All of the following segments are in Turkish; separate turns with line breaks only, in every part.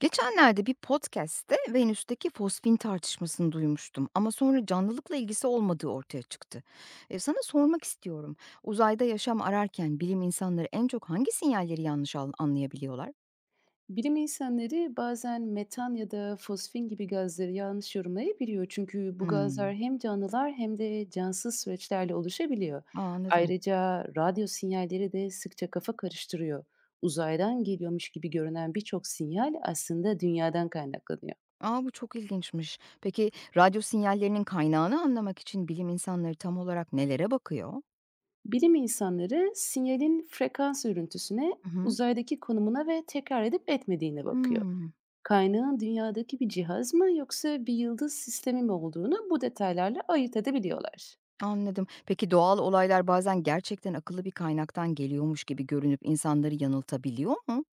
Geçenlerde bir podcast'te Venüs'teki fosfin tartışmasını duymuştum ama sonra canlılıkla ilgisi olmadığı ortaya çıktı. Sana sormak istiyorum. Uzayda yaşam ararken bilim insanları en çok hangi sinyalleri anlayabiliyorlar?
Bilim insanları bazen metan ya da fosfin gibi gazları yanlış yorumlayabiliyor. Çünkü bu
Hmm.
gazlar hem canlılar hem de cansız süreçlerle oluşabiliyor.
Aa, anladım.
Ayrıca radyo sinyalleri de sıkça kafa karıştırıyor. Uzaydan geliyormuş gibi görünen birçok sinyal aslında dünyadan kaynaklanıyor.
Aa, bu çok ilginçmiş. Peki radyo sinyallerinin kaynağını anlamak için bilim insanları tam olarak nelere bakıyor?
Bilim insanları sinyalin frekans örüntüsüne,
Hı hı.
uzaydaki konumuna ve tekrar edip etmediğine bakıyor.
Hmm,
Kaynağın dünyadaki bir cihaz mı yoksa bir yıldız sistemi mi olduğunu bu detaylarla ayırt edebiliyorlar.
Anladım. Peki doğal olaylar bazen gerçekten akıllı bir kaynaktan geliyormuş gibi görünüp insanları yanıltabiliyor mu?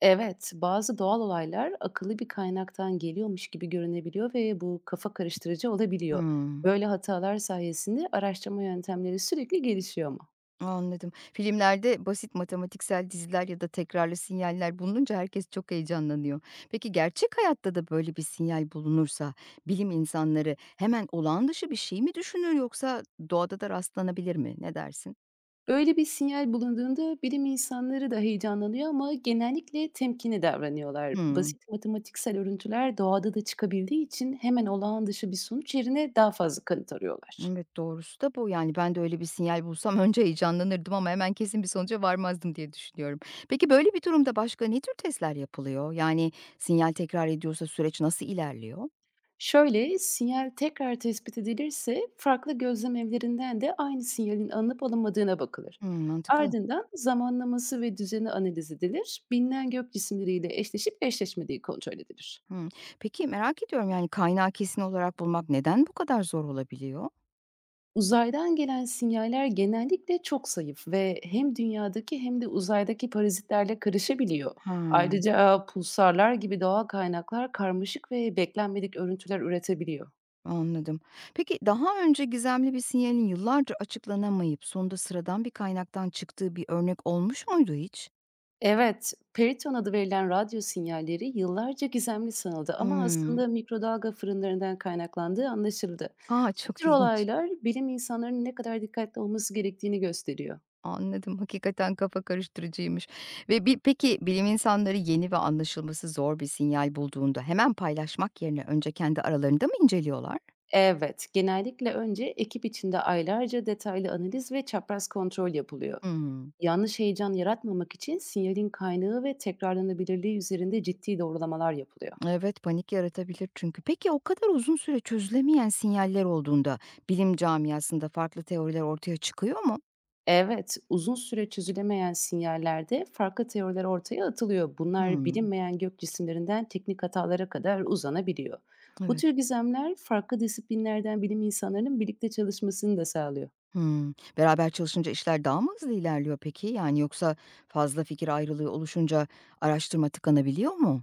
Evet, bazı doğal olaylar akıllı bir kaynaktan geliyormuş gibi görünebiliyor ve bu kafa karıştırıcı olabiliyor.
Hımm,
Böyle hatalar sayesinde araştırma yöntemleri sürekli gelişiyor mu?
Anladım. Filmlerde basit matematiksel diziler ya da tekrarlı sinyaller bulununca herkes çok heyecanlanıyor. Peki gerçek hayatta da böyle bir sinyal bulunursa bilim insanları hemen olağan dışı bir şey mi düşünür yoksa doğada da rastlanabilir mi? Ne dersin?
Böyle bir sinyal bulunduğunda bilim insanları da heyecanlanıyor ama genellikle temkinli davranıyorlar.
Hımm.
Basit matematiksel örüntüler doğada da çıkabildiği için hemen olağan dışı bir sonuç yerine daha fazla kanıt arıyorlar.
Evet, doğrusu da bu. Yani ben de öyle bir sinyal bulsam önce heyecanlanırdım ama hemen kesin bir sonuca varmazdım diye düşünüyorum. Peki böyle bir durumda başka ne tür testler yapılıyor? Yani sinyal tekrar ediyorsa süreç nasıl ilerliyor?
Şöyle, sinyal tekrar tespit edilirse farklı gözlem evlerinden de aynı sinyalin alınıp alınmadığına bakılır.
Hımm, mantıklı.
Ardından zamanlaması ve düzeni analiz edilir, bilinen gök cisimleriyle eşleşip eşleşmediği kontrol edilir.
Hımm. Peki, merak ediyorum, kaynağı kesin olarak bulmak neden bu kadar zor olabiliyor?
Uzaydan gelen sinyaller genellikle çok zayıf ve hem dünyadaki hem de uzaydaki parazitlerle karışabiliyor.
Hıı,
Ayrıca pulsarlar gibi doğal kaynaklar karmaşık ve beklenmedik örüntüler üretebiliyor.
anladım. Peki, daha önce gizemli bir sinyalin yıllarca açıklanamayıp sonunda sıradan bir kaynaktan çıktığı bir örnek olmuş muydu hiç?
Evet, periton adı verilen radyo sinyalleri yıllarca gizemli sanıldı ama
Hımm.
aslında mikrodalga fırınlarından kaynaklandığı anlaşıldı.
A,
Bu
çok
tür
ilginç.
olaylar bilim insanlarının ne kadar dikkatli olması gerektiğini gösteriyor.
Anladım. Hakikaten kafa karıştırıcıymış ve peki, bilim insanları yeni ve anlaşılması zor bir sinyal bulduğunda hemen paylaşmak yerine önce kendi aralarında mı inceliyorlar?
Evet, genellikle önce ekip içinde aylarca detaylı analiz ve çapraz kontrol yapılıyor.
Hımm.
Yanlış heyecan yaratmamak için sinyalin kaynağı ve tekrarlanabilirliği üzerinde ciddi doğrulamalar yapılıyor.
Evet, panik yaratabilir çünkü. Peki o kadar uzun süre çözülemeyen sinyaller olduğunda bilim camiasında farklı teoriler ortaya çıkıyor mu?
Evet, uzun süre çözülemeyen sinyallerde farklı teoriler ortaya atılıyor. Bunlar
Hımm.
bilinmeyen gök cisimlerinden teknik hatalara kadar uzanabiliyor. Bu
Evet.
tür gizemler farklı disiplinlerden bilim insanlarının birlikte çalışmasını da sağlıyor.
Hımm. Beraber çalışınca işler daha mı hızlı ilerliyor peki? Yani yoksa fazla fikir ayrılığı oluşunca araştırma tıkanabiliyor mu?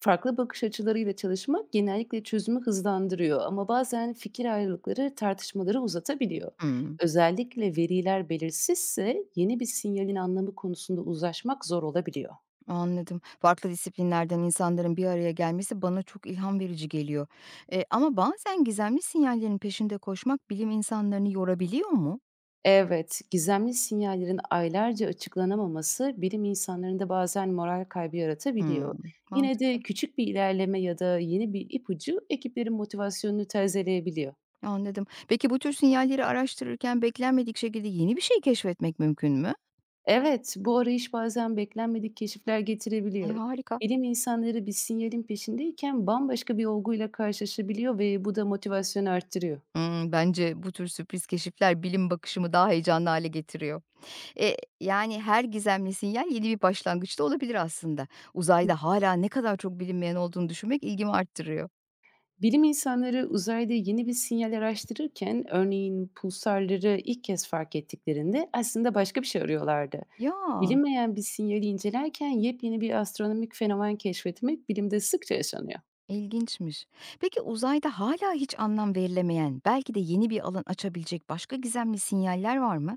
Farklı bakış açılarıyla çalışmak genellikle çözümü hızlandırıyor ama bazen fikir ayrılıkları tartışmaları uzatabiliyor.
Hımm.
Özellikle veriler belirsizse yeni bir sinyalin anlamı konusunda uzlaşmak zor olabiliyor.
Anladım. Farklı disiplinlerden insanların bir araya gelmesi bana çok ilham verici geliyor. Ama bazen gizemli sinyallerin peşinde koşmak bilim insanlarını yorabiliyor mu?
Evet, gizemli sinyallerin aylarca açıklanamaması bilim insanlarında bazen moral kaybı yaratabiliyor.
Hımm.
Yine de
Mantıklı.
küçük bir ilerleme ya da yeni bir ipucu ekiplerin motivasyonunu tazeleyebiliyor.
Anladım. Peki bu tür sinyalleri araştırırken beklenmedik şekilde yeni bir şey keşfetmek mümkün mü?
Evet, bu arayış bazen beklenmedik keşifler
E,
getirebiliyor.
harika.
Bilim insanları bir sinyalin peşindeyken bambaşka bir olguyla karşılaşabiliyor ve bu da motivasyonu arttırıyor.
Hmm, bence bu tür sürpriz keşifler bilim bakışımı daha heyecanlı hale getiriyor. E, Yani her gizemli sinyal yeni bir başlangıçta olabilir aslında. Uzayda hala ne kadar çok bilinmeyen olduğunu düşünmek ilgimi arttırıyor.
Bilim insanları uzayda yeni bir sinyal araştırırken örneğin pulsarları ilk kez fark ettiklerinde aslında başka bir şey arıyorlardı.
Ya,
Bilinmeyen bir sinyali incelerken yepyeni bir astronomik fenomen keşfetmek bilimde sıkça yaşanıyor.
ilginçmiş. Peki uzayda hala hiç anlam verilemeyen, belki de yeni bir alan açabilecek başka gizemli sinyaller var mı?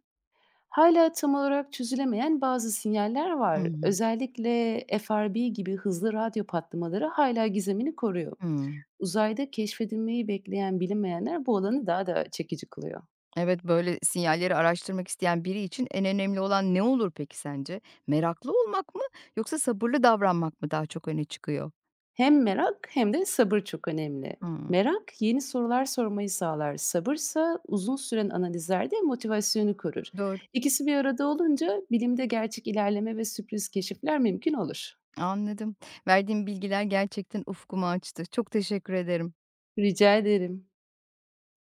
Hala tam olarak çözülemeyen bazı sinyaller var.
Hmm,
Özellikle FRB gibi hızlı radyo patlamaları hala gizemini koruyor.
hmm.
Uzayda keşfedilmeyi bekleyen bilinmeyenler bu alanı daha da çekici kılıyor.
Evet, böyle sinyalleri araştırmak isteyen biri için en önemli olan ne olur peki sence? Meraklı olmak mı yoksa sabırlı davranmak mı daha çok öne çıkıyor?
Hem merak hem de sabır çok önemli.
Hımm,
Merak yeni sorular sormayı sağlar. Sabırsa uzun süren analizlerde motivasyonu korur.
doğru,
İkisi bir arada olunca bilimde gerçek ilerleme ve sürpriz keşifler mümkün olur.
anladım. Verdiğim bilgiler gerçekten ufkumu açtı. Çok teşekkür ederim.
Rica ederim.